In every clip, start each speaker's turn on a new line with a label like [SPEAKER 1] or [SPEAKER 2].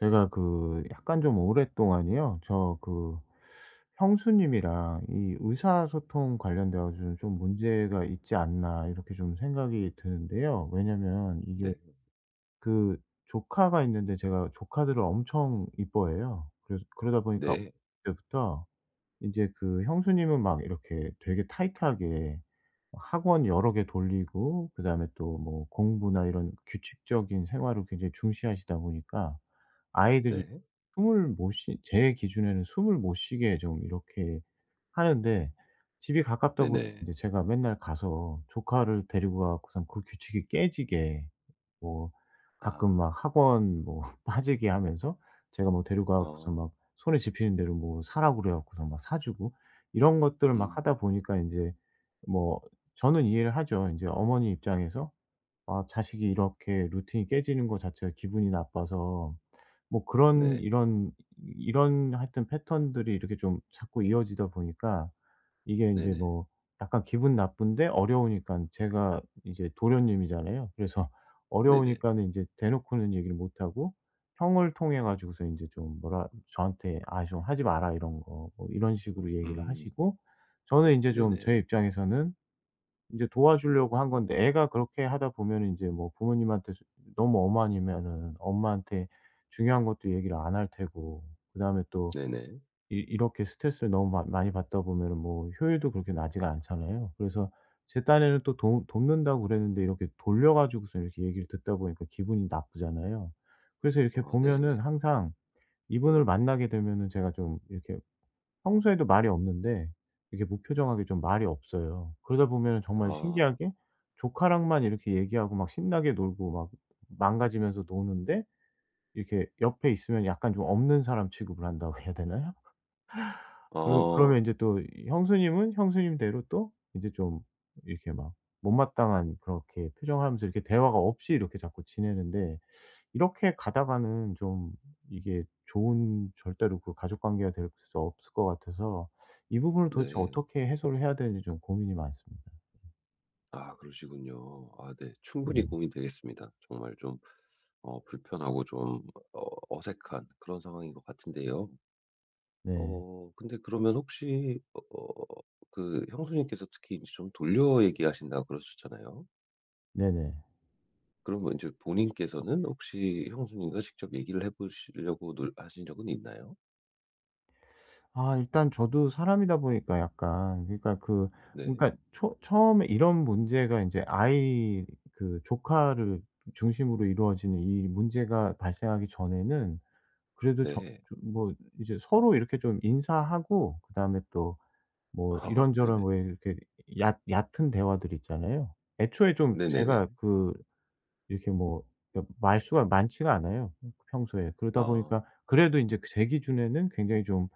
[SPEAKER 1] 제가 그 약간 좀 오랫동안이요. 저 그 형수님이랑 이 의사소통 관련돼 가지고 좀 문제가 있지 않나 이렇게 좀 생각이 드는데요. 왜냐면 이게
[SPEAKER 2] 네.
[SPEAKER 1] 그 조카가 있는데, 제가 조카들을 엄청 이뻐해요. 그래서 그러다 보니까
[SPEAKER 2] 네.
[SPEAKER 1] 어릴 때부터 이제 그 형수님은 막 이렇게 되게 타이트하게 학원 여러 개 돌리고, 그다음에 또 뭐 공부나 이런 규칙적인 생활을 굉장히 중시하시다 보니까 아이들이
[SPEAKER 2] 네.
[SPEAKER 1] 숨을 못 쉬 제 기준에는 숨을 못 쉬게 좀 이렇게 하는데, 집이 가깝다 보니
[SPEAKER 2] 네네.
[SPEAKER 1] 이제 제가 맨날 가서 조카를 데리고 가서고선 그 규칙이 깨지게, 뭐 가끔
[SPEAKER 2] 아.
[SPEAKER 1] 막 학원 뭐 빠지게 하면서 제가 뭐 데리고 가고서
[SPEAKER 2] 어.
[SPEAKER 1] 막 손에 집히는 대로 뭐 사라고 그래 갖고서 막 사 주고, 이런 것들을 막
[SPEAKER 2] 음.
[SPEAKER 1] 하다 보니까 인제 뭐 저는 이해를 하죠. 인제 어머니 입장에서, 아, 자식이 이렇게 루틴이 깨지는 거 자체가 기분이 나빠서 뭐 그런
[SPEAKER 2] 네.
[SPEAKER 1] 이런 하여튼 패턴들이 이렇게 좀 자꾸 이어지다 보니까 이게 이제
[SPEAKER 2] 네네.
[SPEAKER 1] 뭐 약간 기분 나쁜데, 어려우니까 제가 이제 도련님이잖아요. 그래서
[SPEAKER 2] 네네.
[SPEAKER 1] 어려우니까는 이제 대놓고는 얘기를 못 하고 형을 통해 가지고서 이제 좀 뭐라 저한테, "아 좀 하지 마라 이런 거." 뭐 이런 식으로 얘기를
[SPEAKER 2] 음.
[SPEAKER 1] 하시고, 저는 이제 좀 제
[SPEAKER 2] 네네.
[SPEAKER 1] 입장에서는 이제 도와주려고 한 건데 애가 그렇게 하다 보면은 인제 뭐 부모님한테 수 너무 엄하니면은 엄마한테 중요한 것도 얘기를 안 할 테고, 그다음에 또
[SPEAKER 2] 네네.
[SPEAKER 1] 이 이렇게 스트레스를 너무 많 많이 받다 보면은 뭐 효율도 그렇게 나지가 않잖아요. 그래서 제 딴에는 또 도 돕는다고 그랬는데 이렇게 돌려 가지고서 이렇게 얘기를 듣다 보니까 기분이 나쁘잖아요. 그래서 이렇게
[SPEAKER 2] 아
[SPEAKER 1] 보면은
[SPEAKER 2] 네.
[SPEAKER 1] 항상 이분을 만나게 되면은 제가 좀 이렇게, 평소에도 말이 없는데 이렇게 무표정하게 좀 말이 없어요. 그러다 보면 정말
[SPEAKER 2] 아.
[SPEAKER 1] 신기하게 조카랑만 이렇게 얘기하고 막 신나게 놀고 막 망가지면서 노는데, 이렇게 옆에 있으면 약간 좀 없는 사람 취급을 한다고 해야 되나요? 그러
[SPEAKER 2] 아.
[SPEAKER 1] 그러면 이제 또 형수님은 형수님대로 또 이제 좀 이렇게 막 못마땅한 그렇게 표정하면서 이렇게 대화가 없이 이렇게 자꾸 지내는데, 이렇게 가다가는 좀, 이게 좋은, 절대로 그 가족 관계가 될 수 없을 것 같아서 이 부분을 도대체
[SPEAKER 2] 네.
[SPEAKER 1] 어떻게 해소를 해야 되는지 좀 고민이 많습니다.
[SPEAKER 2] 아 그러시군요. 아 네. 충분히
[SPEAKER 1] 네.
[SPEAKER 2] 고민되겠습니다. 정말 좀 불편하고 좀 어 어색한 그런 상황인 것 같은데요.
[SPEAKER 1] 네.
[SPEAKER 2] 근데 그러면 혹시 그 형수님께서 특히 인제 좀 돌려 얘기하신다고 그러셨잖아요.
[SPEAKER 1] 네네.
[SPEAKER 2] 그러면 이제 본인께서는 혹시 형수님과 직접 얘기를 해 보시려고 노 하신 적은 있나요?
[SPEAKER 1] 아, 일단 저도 사람이다 보니까 약간, 그러니까 그,
[SPEAKER 2] 네.
[SPEAKER 1] 그러니까 초 처음에 이런 문제가 이제 아이 그 조카를 중심으로 이루어지는 이 문제가 발생하기 전에는, 그래도
[SPEAKER 2] 네.
[SPEAKER 1] 뭐 이제 서로 이렇게 좀 인사하고 그다음에 또 뭐
[SPEAKER 2] 아
[SPEAKER 1] 이런저런
[SPEAKER 2] 네네.
[SPEAKER 1] 뭐 이렇게 얕 얕은 대화들 있잖아요. 애초에 좀
[SPEAKER 2] 네네네.
[SPEAKER 1] 제가 그 이렇게 뭐, 그러니까 말수가 많지가 않아요 평소에. 그러다
[SPEAKER 2] 아.
[SPEAKER 1] 보니까 그래도 이제 제 기준에는 굉장히 좀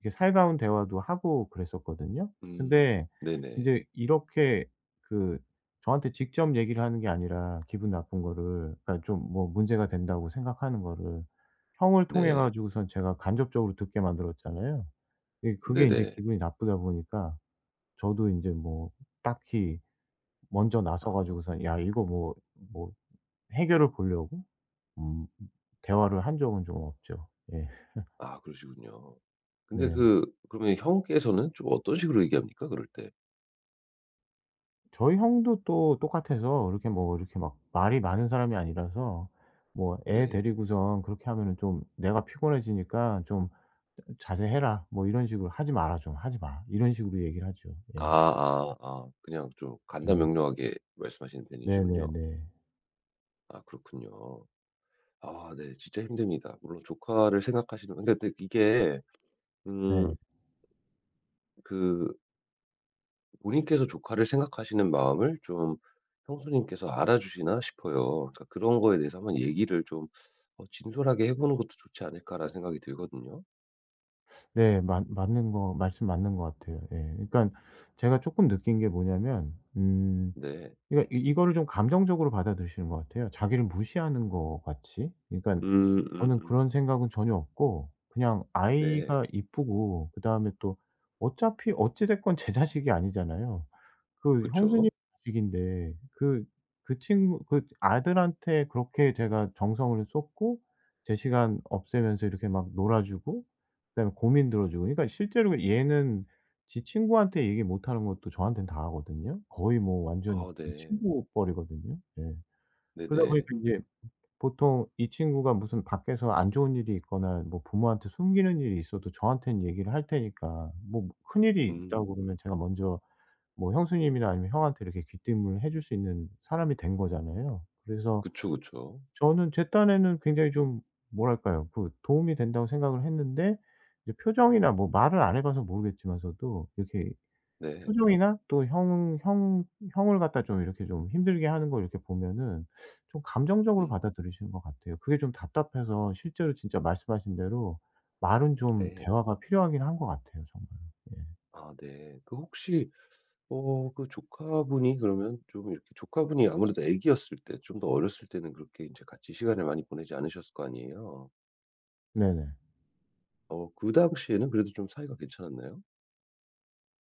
[SPEAKER 1] 이렇게 살가운 대화도 하고 그랬었거든요.
[SPEAKER 2] 음.
[SPEAKER 1] 근데 이
[SPEAKER 2] 네네.
[SPEAKER 1] 제 이렇게 그, 저한테 직접 얘기를 하는 게 아니라 기분 나쁜 거를, 그러니까 좀 뭐 문제가 된다고 생각하는 거를 형을 통해
[SPEAKER 2] 네.
[SPEAKER 1] 가지고선 제가 간접적으로 듣게 만들었잖아요. 예, 그게 이제
[SPEAKER 2] 네네.
[SPEAKER 1] 기분이 나쁘다 보니까 저도 인제 뭐 딱히 먼저
[SPEAKER 2] 아.
[SPEAKER 1] 나서 가지고선, 야 이거 뭐 뭐 해결을 보려고 음 대화를 한 적은 좀 없죠. 예.
[SPEAKER 2] 아 그러시군요. 근데
[SPEAKER 1] 네.
[SPEAKER 2] 그러면 형께서는 좀 어떤 식으로 얘기합니까? 그럴 때?
[SPEAKER 1] 저희 형도 또 똑같아서 이렇게 뭐 이렇게 막 말이 많은 사람이 아니라서, 뭐 애
[SPEAKER 2] 네.
[SPEAKER 1] 데리고선 그렇게 하면은 좀, "내가 피곤해지니까 좀 자제해라." 뭐 이런 식으로, "하지 마라 좀. 하지 마." 이런 식으로 얘기를 하죠. 예.
[SPEAKER 2] 아아 아. 아. 그냥 좀
[SPEAKER 1] 네.
[SPEAKER 2] 간단명료하게 말씀하시는 편이시군요.
[SPEAKER 1] 네네네.
[SPEAKER 2] 아 그렇군요. 아 네. 진짜 힘듭니다. 물론 조카를 생각하시는 근데 이게 음
[SPEAKER 1] 네.
[SPEAKER 2] 그 본인께서 조카를 생각하시는 마음을 좀 형수님께서 알아주시나 싶어요. 그러니까 그런 거에 대해서 한번 얘기를 좀 진솔하게 해 보는 것도 좋지 않을까라는 생각이 들거든요.
[SPEAKER 1] 네. 맞 맞는 거 말씀, 맞는 것 같아요. 예. 그러니까 제가 조금 느낀 게 뭐냐면,
[SPEAKER 2] 네.
[SPEAKER 1] 그러니까 이 이거를 좀 감정적으로 받아들이시는 것 같아요. 자기를 무시하는 것 같이. 그러니까 저는
[SPEAKER 2] 음음.
[SPEAKER 1] 그런 생각은 전혀 없고 그냥
[SPEAKER 2] 네.
[SPEAKER 1] 아이가 이쁘고, 그다음에 또 어차피 어찌 됐건 제 자식이 아니잖아요. 그 형수님
[SPEAKER 2] 그쵸.
[SPEAKER 1] 자식인데, 그 그 친구 그 아들한테 그렇게 제가 정성을 쏟고 제 시간 없애면서 이렇게 막 놀아 주고 그다음에 고민 들어 주고, 그러니까 실제로 얘는 지 친구한테 얘기 못 하는 것도 저한테는 다 하거든요. 거의 뭐 완전
[SPEAKER 2] 아 네.
[SPEAKER 1] 친구뻘이거든요. 예. 그러다 보니까
[SPEAKER 2] 네네.
[SPEAKER 1] 인제 보통 이 친구가 무슨 밖에서 안 좋은 일이 있거나 뭐 부모한테 숨기는 일이 있어도 저한테는 얘기를 할 테니까, 뭐 큰일이
[SPEAKER 2] 음.
[SPEAKER 1] 있다고 그러면 제가 먼저 뭐 형수님이나 아니면 형한테 이렇게 귀띔을 해줄 수 있는 사람이 된 거잖아요. 그래서
[SPEAKER 2] 그쵸, 그쵸.
[SPEAKER 1] 저는 제 딴에는 굉장히 좀, 뭐랄까요, 그 도움이 된다고 생각을 했는데, 이제 표정이나 뭐 말을 안 해 봐서 모르겠지만서도 이렇게
[SPEAKER 2] 네.
[SPEAKER 1] 표정이나, 또 형 형 형을 갖다 좀 이렇게 좀 힘들게 하는 걸 이렇게 보면은 좀 감정적으로
[SPEAKER 2] 음.
[SPEAKER 1] 받아들이시는 것 같아요. 그게 좀 답답해서 실제로 진짜 말씀하신 대로, 말은 좀
[SPEAKER 2] 네.
[SPEAKER 1] 대화가 필요하긴 한 것 같아요 정말. 예.
[SPEAKER 2] 아 네. 혹시 그 조카분이 그러면 좀 이렇게 조카분이 아무래도 아기였을 때 좀 더 어렸을 때는 그렇게 이제 같이 시간을 많이 보내지 않으셨을 거 아니에요.
[SPEAKER 1] 네네.
[SPEAKER 2] 그 당시에는 그래도 좀 사이가 괜찮았나요?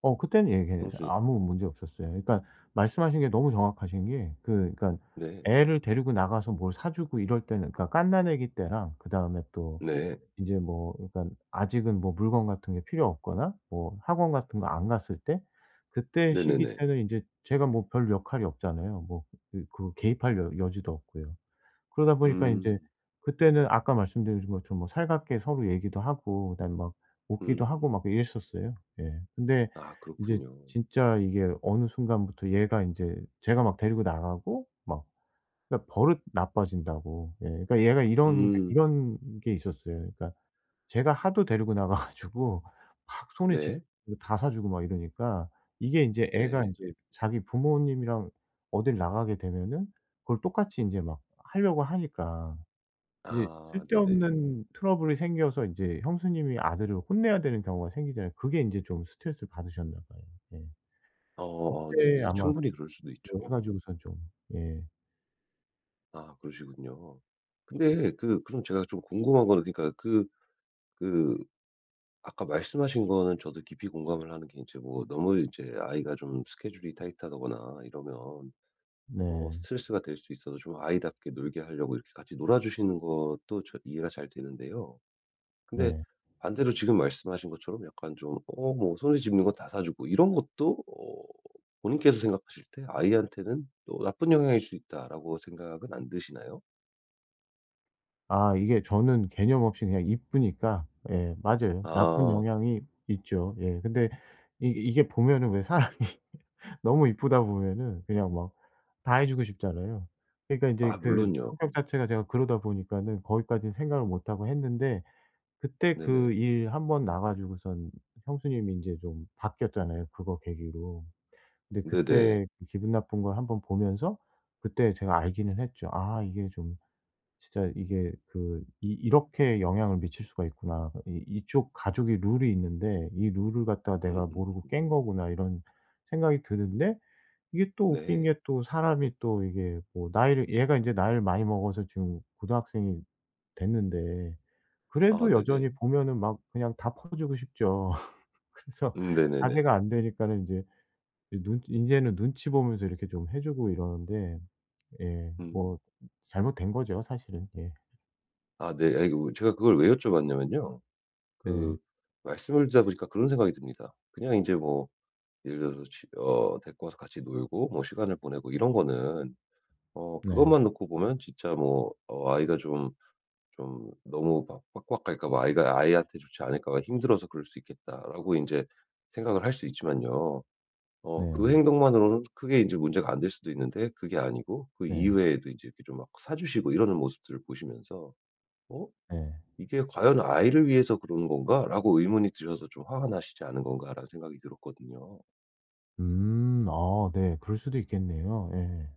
[SPEAKER 1] 그때는 예, 예,
[SPEAKER 2] 형수님
[SPEAKER 1] 아무 문제 없었어요. 그러니까 말씀하신 게 너무 정확하신 게, 그 그러니까
[SPEAKER 2] 네.
[SPEAKER 1] 애를 데리고 나가서 뭘 사 주고 이럴 때는, 그러니까 갓난아기 때랑 그다음에 또
[SPEAKER 2] 네.
[SPEAKER 1] 인제 뭐, 그러니까 아직은 뭐 물건 같은 게 필요 없거나 뭐 학원 같은 거 안 갔을 때, 그때 시기
[SPEAKER 2] 네네네.
[SPEAKER 1] 때는 인제 제가 뭐 별 역할이 없잖아요. 뭐 그 개입할 여 여지도 없고요. 그러다 보니까 인제
[SPEAKER 2] 음.
[SPEAKER 1] 그때는 아까 말씀드린 것처럼 뭐 살갑게 서로 얘기도 하고 그다음에 막 웃기도 하고
[SPEAKER 2] 음.
[SPEAKER 1] 막 이랬었어요. 예. 근데
[SPEAKER 2] 아
[SPEAKER 1] 이제
[SPEAKER 2] 그렇군요.
[SPEAKER 1] 진짜 이게, 어느 순간부터 얘가 인제 제가 막 데리고 나가고 막, 그러니까 버릇 나빠진다고. 예. 그러니까 얘가 이런
[SPEAKER 2] 음.
[SPEAKER 1] 게 있었어요. 그러니까 제가 하도 데리고 나가 가지고 막 손에 집
[SPEAKER 2] 네.
[SPEAKER 1] 다 사 주고 막 이러니까, 이게 인제 애가
[SPEAKER 2] 네.
[SPEAKER 1] 인제 자기 부모님이랑 어딜 나가게 되면은 그걸 똑같이 인제 막 하려고 하니까 이제
[SPEAKER 2] 아 네네.
[SPEAKER 1] 쓸데없는 트러블이 생겨서 인제 형수님이 아들을 혼내야 되는 경우가 생기잖아요. 그게 인제 좀 스트레스를 받으셨나 봐요. 예.
[SPEAKER 2] 어어
[SPEAKER 1] 그때
[SPEAKER 2] 네네.
[SPEAKER 1] 아마
[SPEAKER 2] 충분히 그럴 수도
[SPEAKER 1] 그거 해
[SPEAKER 2] 있죠.
[SPEAKER 1] 가지고선 좀. 예.
[SPEAKER 2] 아 그러시군요. 근데 그럼 제가 좀 궁금한 거는 그러니까 그 아까 말씀하신 거는 저도 깊이 공감을 하는 게 이제 뭐 너무 이제 아이가 좀 스케줄이 타이트하다거나 이러면
[SPEAKER 1] 네.
[SPEAKER 2] 스트레스가 될 수 있어서 좀 아이답게 놀게 하려고 이렇게 같이 놀아 주시는 것도 저 이해가 잘 되는데요. 근데
[SPEAKER 1] 네.
[SPEAKER 2] 반대로 지금 말씀하신 것처럼 약간 좀 뭐 손에 집는 거 다 사 주고 이런 것도 본인께서 생각하실 때 '아이한테는 또 나쁜 영향일 수 있다.'라고 생각은 안 드시나요?
[SPEAKER 1] 아, 이게 저는 개념 없이 그냥 이쁘니까. 예 맞아요, 나쁜
[SPEAKER 2] 아.
[SPEAKER 1] 영향이 있죠. 예. 근데 이 이게 보면은 왜 사람이 너무 이쁘다 보면은 그냥 막 다 해 주고 싶잖아요. 그러니까 이
[SPEAKER 2] 아
[SPEAKER 1] 제 그
[SPEAKER 2] 물론요.
[SPEAKER 1] 성격
[SPEAKER 2] 어
[SPEAKER 1] 자체가 제가 그러다 보니까는 거기까지는 생각을 못 하고 했는데, 그때 그
[SPEAKER 2] 네네.
[SPEAKER 1] 일 한번 나가 지고선 형수님이 이제 좀 바뀌었잖아요, 그거 계기로. 근데
[SPEAKER 2] 네네.
[SPEAKER 1] 그때 그 기분 나쁜 걸 한번 보면서 그때 제가 알기는 했죠. '아 이게 좀, 진짜 이게, 그 이, 이렇게 영향을 미칠 수가 있구나. 이 이쪽 가족이 룰이 있는데 이 룰을 갖다가 내가 모르고
[SPEAKER 2] 음음.
[SPEAKER 1] 깬 거구나.' 이런 생각이 드는데, 이게 또 웃긴 게,
[SPEAKER 2] 네.
[SPEAKER 1] 또 사람이 또 이게 뭐, 나이를 얘가 이제 나이를 많이 먹어서 지금 고등학생이 됐는데,
[SPEAKER 2] 아
[SPEAKER 1] 그래도
[SPEAKER 2] 네네.
[SPEAKER 1] 여전히 보면은 막 그냥 다 퍼주고 싶죠. 그래서
[SPEAKER 2] 네네네.
[SPEAKER 1] 자제가 안 되니까는 이제이눈제는 눈치 보면서 이렇게 좀 해 주고 이러는데, 예 뭐
[SPEAKER 2] 음.
[SPEAKER 1] 잘못된 거죠 사실은. 예.
[SPEAKER 2] 아 네. 아이고 제가 그걸 왜 여쭤봤냐면요.
[SPEAKER 1] 네.
[SPEAKER 2] 그 말씀을 듣다 보니까 그런 생각이 듭니다. 그냥 이제 뭐 예를 들어서 데리고 와서 같이 놀고 뭐 시간을 보내고 이런 거는
[SPEAKER 1] 네.
[SPEAKER 2] 그것만 놓고 보면 진짜 뭐 아이가 좀 너무 막 빡빡 갈까 봐 '아이가 아이한테 좋지 않을까 봐 힘들어서 그럴 수 있겠다.'라고 이제 생각을 할 수 있지만요. 그
[SPEAKER 1] 네.
[SPEAKER 2] 행동만으로는 크게 이제 문제가 안 될 수도 있는데 그게 아니고 그
[SPEAKER 1] 네.
[SPEAKER 2] 이외에도 이제 이렇게 좀 막 사주시고 이러는 모습들을 보시면서 '어?
[SPEAKER 1] 네.
[SPEAKER 2] '이게 과연 아이를 위해서 그러는 건가?'라고 의문이 드셔서 좀 '화가 나시지 않은 건가.'라는 생각이 들었거든요.
[SPEAKER 1] 음. 아 네. 그럴 수도 있겠네요. 예.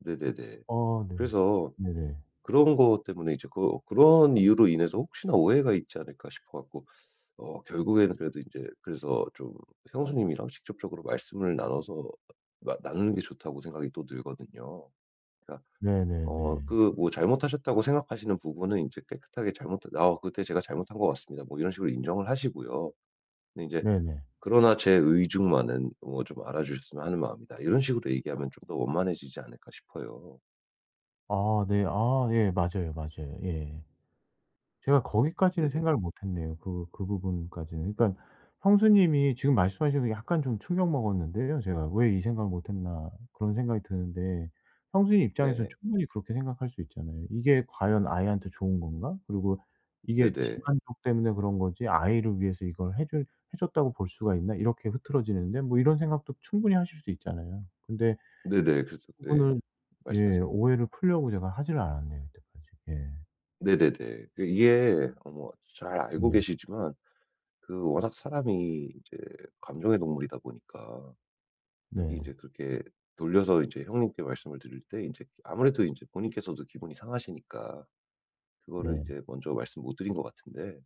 [SPEAKER 2] 네네네.
[SPEAKER 1] 아 네.
[SPEAKER 2] 그래서
[SPEAKER 1] 네네.
[SPEAKER 2] 그런 것 때문에 이제 그런 이유로 인해서 혹시나 오해가 있지 않을까 싶어 갖고 결국에는 그래도 인제 그래서 좀 형수님이랑 직접적으로 말씀을 나눠서 나 나누는 게 좋다고 생각이 또 들거든요. 그러니까
[SPEAKER 1] 네네네.
[SPEAKER 2] 그 뭐 잘못하셨다고 생각하시는 부분은 인제 깨끗하게 잘못 "아 그때 제가 잘못한 것 같습니다." 뭐 이런 식으로 인정을 하시고요. 근데 인제
[SPEAKER 1] 네네.
[SPEAKER 2] 그러나 제 의중만은 뭐 좀 알아주셨으면 하는 마음이다. 이런 식으로 얘기하면 좀 더 원만해지지 않을까 싶어요.
[SPEAKER 1] 아 네. 아 예. 맞아요, 맞아요. 예. 제가 거기까지는
[SPEAKER 2] 네네.
[SPEAKER 1] 생각을 못 했네요. 그 부분까지는. 그러니까 형수님이 지금 말씀하신 게 약간 좀 충격 먹었는데요 제가. '왜 이 생각을 못 했나.' 그런 생각이 드는데, 형수님 입장에서는
[SPEAKER 2] 네.
[SPEAKER 1] 충분히 그렇게 생각할 수 있잖아요. '이게 과연 아이한테 좋은 건가? 그리고 이게 지
[SPEAKER 2] 네네.
[SPEAKER 1] 만적 때문에 그런 거지, 아이를 위해서 이걸 해줄 해 줬다고 볼 수가 있나?' 이렇게 흐트러지는데, 뭐 이런 생각도 충분히 하실 수 있잖아요. 근데
[SPEAKER 2] 네네. 그래서 네.
[SPEAKER 1] 그거는, 예,
[SPEAKER 2] 말씀하세요.
[SPEAKER 1] 오해를 풀려고 제가 하지를 않았네요 이때까지. 예.
[SPEAKER 2] 네네네. 이게 뭐잘 알고
[SPEAKER 1] 네.
[SPEAKER 2] 계시지만 워낙 사람이 이제 감정의 동물이다 보니까 특히 이
[SPEAKER 1] 네.
[SPEAKER 2] 제 그렇게 돌려서 이제 형님께 말씀을 드릴 때 이제 아무래도 이제 본인께서도 기분이 상하시니까 그거를 이
[SPEAKER 1] 네.
[SPEAKER 2] 제 먼저 말씀 못 드린 것 같은데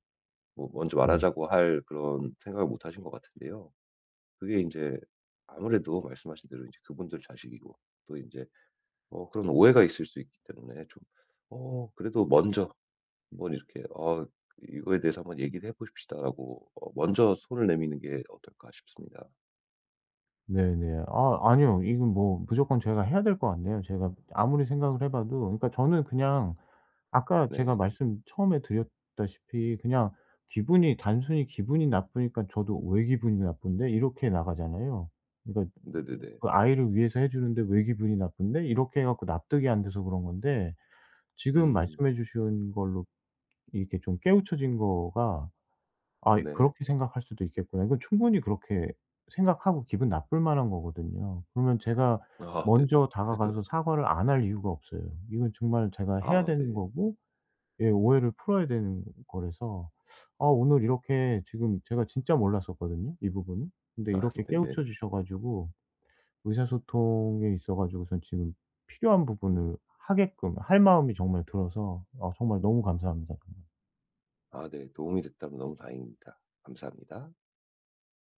[SPEAKER 2] 뭐 먼저
[SPEAKER 1] 네.
[SPEAKER 2] 말하자고 할 그런 생각을 못 하신 것 같은데요. 그게 이제 아무래도 말씀하신 대로 이제 그분들 자식이고 또 이제 그런 오해가 있을 수 있기 때문에 좀 그래도 먼저 한번 이렇게 "아 이거에 대해서 한번 얘기를 해 보십시다."라고 먼저 손을 내미는 게 어떨까 싶습니다.
[SPEAKER 1] 네네. 아 아니요, 이건 뭐 무조건 제가 해야 될 것 같네요. 제가 아무리 생각을 해 봐도, 그러니까 저는 그냥 아까 제가
[SPEAKER 2] 네.
[SPEAKER 1] 말씀 처음에 드렸다시피 그냥 기분이 단순히 기분이 나쁘니까 저도, '왜 기분이 나쁜데?' 이렇게 나가잖아요. 그러니까
[SPEAKER 2] 네네네.
[SPEAKER 1] 그 아이를 위해서 해 주는데 '왜 기분이 나쁜데?' 이렇게 해 갖고 납득이 안 돼서 그런 건데, 지금
[SPEAKER 2] 음.
[SPEAKER 1] 말씀해 주신 걸로 이렇게 좀 깨우쳐진 거가, 아
[SPEAKER 2] 네.
[SPEAKER 1] 그렇게 생각할 수도 있겠구나. 이건 충분히 그렇게 생각하고 기분 나쁠 만한 거거든요. 그러면 제가
[SPEAKER 2] 아 네네.
[SPEAKER 1] 먼저 다가가서 사과를 안 할 이유가 없어요. 이건 정말 제가 해야
[SPEAKER 2] 아 네.
[SPEAKER 1] 되는 거고, 예 오해를 풀어야 되는 거라서. 아 오늘 이렇게 지금 제가 진짜 몰랐었거든요, 이 부분은. 근데
[SPEAKER 2] 아
[SPEAKER 1] 이렇게
[SPEAKER 2] 네네.
[SPEAKER 1] 깨우쳐 주셔 가지고 의사소통에 있어 가지고선 지금 필요한 부분을 하게끔 할 마음이 정말 들어서, 정말 너무 감사합니다.
[SPEAKER 2] 아 네. 도움이 됐다면 너무 다행입니다. 감사합니다.